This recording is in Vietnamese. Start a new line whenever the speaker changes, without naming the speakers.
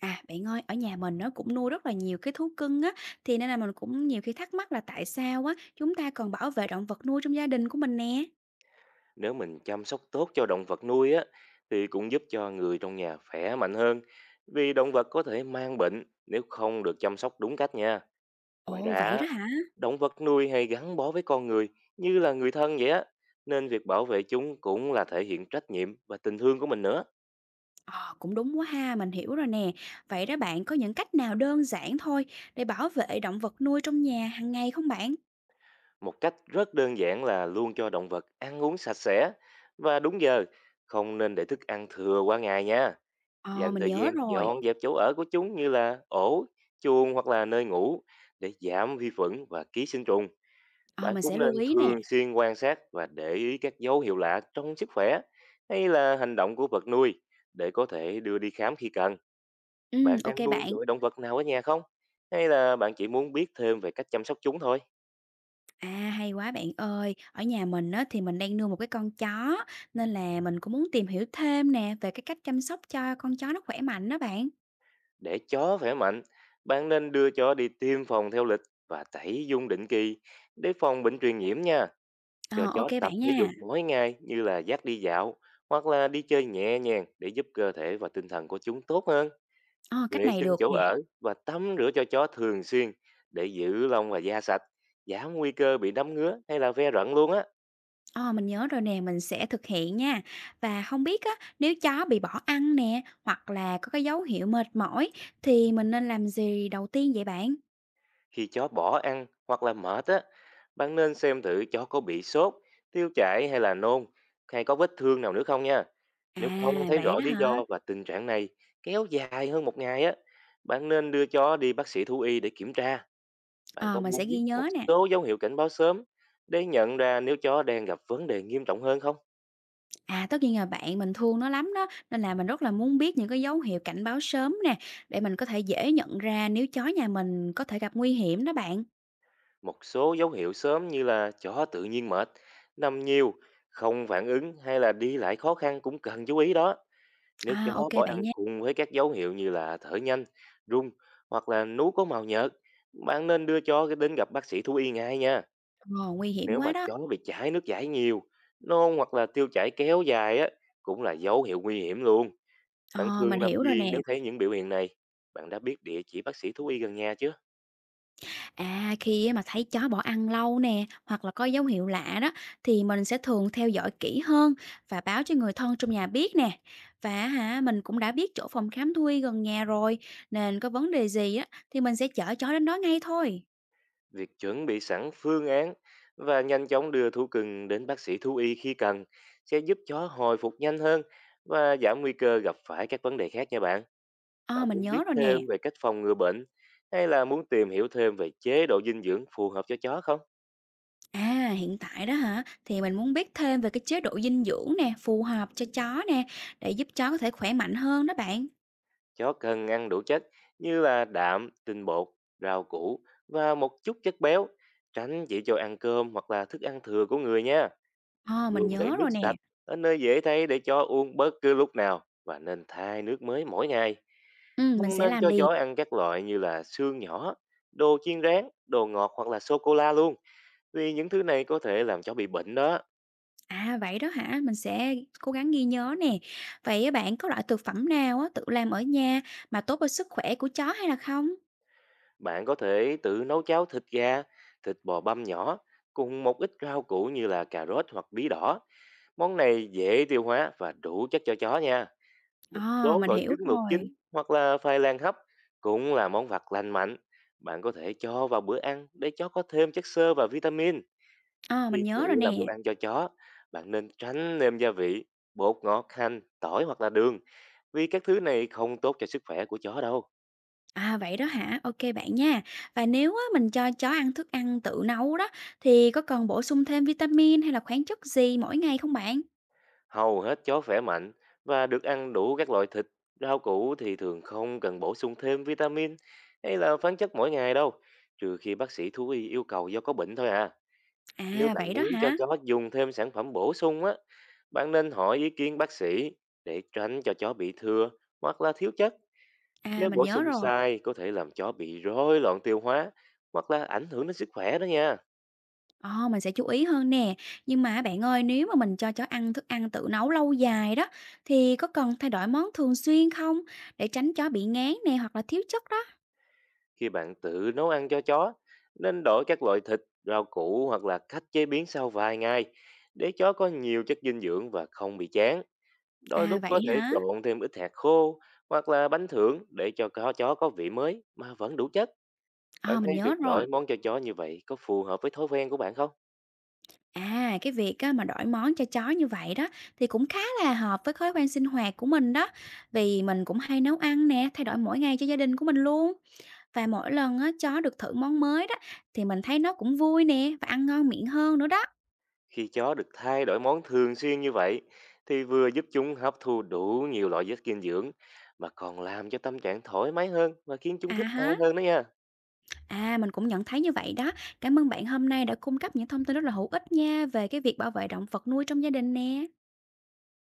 À, bạn ơi, ở nhà mình nó cũng nuôi rất là nhiều cái thú cưng á, thì nên là mình cũng nhiều khi thắc mắc là tại sao á chúng ta còn bảo vệ động vật nuôi trong gia đình của mình nè.
Nếu mình chăm sóc tốt cho động vật nuôi á thì cũng giúp cho người trong nhà khỏe mạnh hơn, vì động vật có thể mang bệnh nếu không được chăm sóc đúng cách nha. Ngoài
Ồ, vậy
ra,
đó hả?
động vật nuôi hay gắn bó với con người như là người thân vậy á, nên việc bảo vệ chúng cũng là thể hiện trách nhiệm và tình thương của mình nữa.
Ờ, cũng đúng quá ha, mình hiểu rồi nè. Vậy đó bạn có những cách nào đơn giản thôi để bảo vệ động vật nuôi trong nhà hàng ngày không bạn?
Một cách rất đơn giản là luôn cho động vật ăn uống sạch sẽ và đúng giờ, không nên để thức ăn thừa qua ngày nha.
Ờ,
Dành
mình
thời
nhớ
gian
rồi.
dọn dẹp chỗ ở của chúng như là ổ, chuồng hoặc là nơi ngủ để giảm vi khuẩn và ký sinh trùng.
Ờ,
Bạn
mình
cũng
sẽ lưu
nên
ý nè.
thường xuyên quan sát và để ý các dấu hiệu lạ trong sức khỏe hay là hành động của vật nuôi để có thể đưa đi khám khi cần.
Ừ,
Bạn
ok
đang nuôi
bạn.
loại động vật nào ở nhà không? Hay là bạn chỉ muốn biết thêm về cách chăm sóc chúng thôi?
À, hay quá bạn ơi. Ở nhà mình á thì mình đang nuôi một cái con chó nên là mình cũng muốn tìm hiểu thêm nè về cái cách chăm sóc cho con chó nó khỏe mạnh đó bạn.
Để chó khỏe mạnh, bạn nên đưa chó đi tiêm phòng theo lịch và tẩy dung định kỳ để phòng bệnh truyền nhiễm nha. Cho
Ờ, ô
chó tập
bạn
thể dục
nha.
mỗi ngày như là dắt đi dạo hoặc là đi chơi nhẹ nhàng để giúp cơ thể và tinh thần của chúng tốt hơn.
Ờ, cách
Vệ
này
sinh
được
chỗ
nè.
ở và tắm rửa cho chó thường xuyên để giữ lông và da sạch, giảm nguy cơ bị đấm ngứa hay là ve rận luôn á.
Ờ, mình nhớ rồi nè, mình sẽ thực hiện nha. Và không biết á, nếu chó bị bỏ ăn nè, hoặc là có cái dấu hiệu mệt mỏi thì mình nên làm gì đầu tiên vậy bạn?
Khi chó bỏ ăn hoặc là mệt á, bạn nên xem thử chó có bị sốt, tiêu chảy hay là nôn, hay có vết thương nào nữa không nha.
À,
Nếu không thấy
vậy
rõ
đó
lý
hả?
do và tình trạng này kéo dài hơn một ngày á, bạn nên đưa chó đi bác sĩ thú y để kiểm tra. Bạn
Ờ,
có
mình
muốn
sẽ
biết
ghi
một
nhớ nè.
số dấu hiệu cảnh báo sớm để nhận ra nếu chó đang gặp vấn đề nghiêm trọng hơn không?
À, tất nhiên là bạn mình thương nó lắm đó, nên là mình rất là muốn biết những cái dấu hiệu cảnh báo sớm nè, để mình có thể dễ nhận ra nếu chó nhà mình có thể gặp nguy hiểm đó bạn.
Một số dấu hiệu sớm như là chó tự nhiên mệt, nằm nhiều, không phản ứng hay là đi lại khó khăn cũng cần chú ý đó. Nếu
À, ô
chó bỏ
bạn
ăn
nha.
cùng với các dấu hiệu như là thở nhanh, rung hoặc là nú có màu nhợt, bạn nên đưa chó đến gặp bác sĩ thú y ngay nha.
Ờ, nguy hiểm
Nếu mà
quá đó.
chó bị chảy nước giải nhiều, nôn hoặc là tiêu chảy kéo dài á, cũng là dấu hiệu nguy hiểm luôn. Bạn
Ờ,
thường
mình
làm
hiểu rồi
gì
nè.
nếu thấy những biểu hiện này? Bạn đã biết địa chỉ bác sĩ thú y gần nhà chưa?
À, khi á mà thấy chó bỏ ăn lâu nè, hoặc là có dấu hiệu lạ đó, thì mình sẽ thường theo dõi kỹ hơn và báo cho người thân trong nhà biết nè. Và hả, mình cũng đã biết chỗ phòng khám thú y gần nhà rồi, nên có vấn đề gì á thì mình sẽ chở chó đến đó ngay thôi.
Việc chuẩn bị sẵn phương án và nhanh chóng đưa thú cưng đến bác sĩ thú y khi cần sẽ giúp chó hồi phục nhanh hơn và giảm nguy cơ gặp phải các vấn đề khác nha bạn. Bạn
Ờ, mình
muốn biết
nhớ rồi nè.
thêm về cách phòng ngừa bệnh hay là muốn tìm hiểu thêm về chế độ dinh dưỡng phù hợp cho chó không?
À, hiện tại đó hả, thì mình muốn biết thêm về cái chế độ dinh dưỡng nè, phù hợp cho chó nè, để giúp chó có thể khỏe mạnh hơn đó bạn.
Chó cần ăn đủ chất như là đạm, tinh bột, rau củ và một chút chất béo. Tránh chỉ cho ăn cơm hoặc là thức ăn thừa của người nha.
Ờ, mình
Luôn để
nhớ
nước
rồi
sạch
nè.
ở nơi dễ thấy để chó uống bất cứ lúc nào, và nên thay nước mới mỗi ngày.
Ừ, mình
Không
sẽ
nên
làm
cho
liền.
chó ăn các loại như là xương nhỏ, đồ chiên rán, đồ ngọt hoặc là sô cô la luôn, vì những thứ này có thể làm chó bị bệnh đó.
À, vậy đó hả? Mình sẽ cố gắng ghi nhớ nè. Vậy á bạn có loại thực phẩm nào á tự làm ở nhà mà tốt cho sức khỏe của chó hay là không?
Bạn có thể tự nấu cháo thịt gà, thịt bò băm nhỏ cùng một ít rau củ như là cà rốt hoặc bí đỏ. Món này dễ tiêu hóa và đủ chất cho chó nha. Một
Ờ,
số
mình
loại
hiểu
trứng luộc
rồi.
chín hoặc là khoai lang hấp cũng là món vặt lành mạnh. Bạn có thể cho vào bữa ăn để chó có thêm chất xơ và vitamin.
Ờ, mình
Khi
nhớ rồi
tự làm đồ
nè.
ăn cho chó, bạn nên tránh nêm gia vị, bột ngọt, hành, tỏi hoặc là đường, vì các thứ này không tốt cho sức khỏe của chó đâu.
À vậy đó hả? Ok bạn nha. Và nếu á, mình cho chó ăn thức ăn tự nấu đó thì có cần bổ sung thêm vitamin hay là khoáng chất gì mỗi ngày không bạn?
Hầu hết chó khỏe mạnh và được ăn đủ các loại thịt, rau củ thì thường không cần bổ sung thêm vitamin hay là khoáng chất mỗi ngày đâu, trừ khi bác sĩ thú y yêu cầu do có bệnh thôi à. Nếu
À
bạn
vậy đó
muốn cho
hả?
chó dùng thêm sản phẩm bổ sung á, bạn nên hỏi ý kiến bác sĩ để tránh cho chó bị thừa hoặc là thiếu chất.
À
Nếu
mình
bổ
nhớ
sung
rồi.
sai có thể làm chó bị rối loạn tiêu hóa hoặc là ảnh hưởng đến sức khỏe đó nha.
Ờ, mình sẽ chú ý hơn nè. Nhưng mà bạn ơi, nếu mà mình cho chó ăn thức ăn tự nấu lâu dài đó, thì có cần thay đổi món thường xuyên không? Để tránh chó bị ngán nè hoặc là thiếu chất đó.
Khi bạn tự nấu ăn cho chó, nên đổi các loại thịt, rau củ hoặc là cách chế biến sau vài ngày để chó có nhiều chất dinh dưỡng và không bị chán. Đôi
À
lúc có
vậy
thể
hả?
trộn thêm ít hạt khô hoặc là bánh thưởng để cho chó chó có vị mới mà vẫn đủ chất. Bạn
Ờ, mình
thấy việc
nhớ
đổi
rồi.
món cho chó như vậy có phù hợp với thói quen của bạn không?
À, cái việc á, mà đổi món cho chó như vậy đó thì cũng khá là hợp với thói quen sinh hoạt của mình đó. Vì mình cũng hay nấu ăn nè, thay đổi mỗi ngày cho gia đình của mình luôn. Và mỗi lần á, chó được thử món mới đó thì mình thấy nó cũng vui nè và ăn ngon miệng hơn nữa đó.
Khi chó được thay đổi món thường xuyên như vậy thì vừa giúp chúng hấp thu đủ nhiều loại chất dinh dưỡng mà còn làm cho tâm trạng thoải mái hơn và khiến chúng
À
thích ăn
ha.
hơn đó nha.
À, mình cũng nhận thấy như vậy đó. Cảm ơn bạn hôm nay đã cung cấp những thông tin rất là hữu ích nha về cái việc bảo vệ động vật nuôi trong gia đình nè.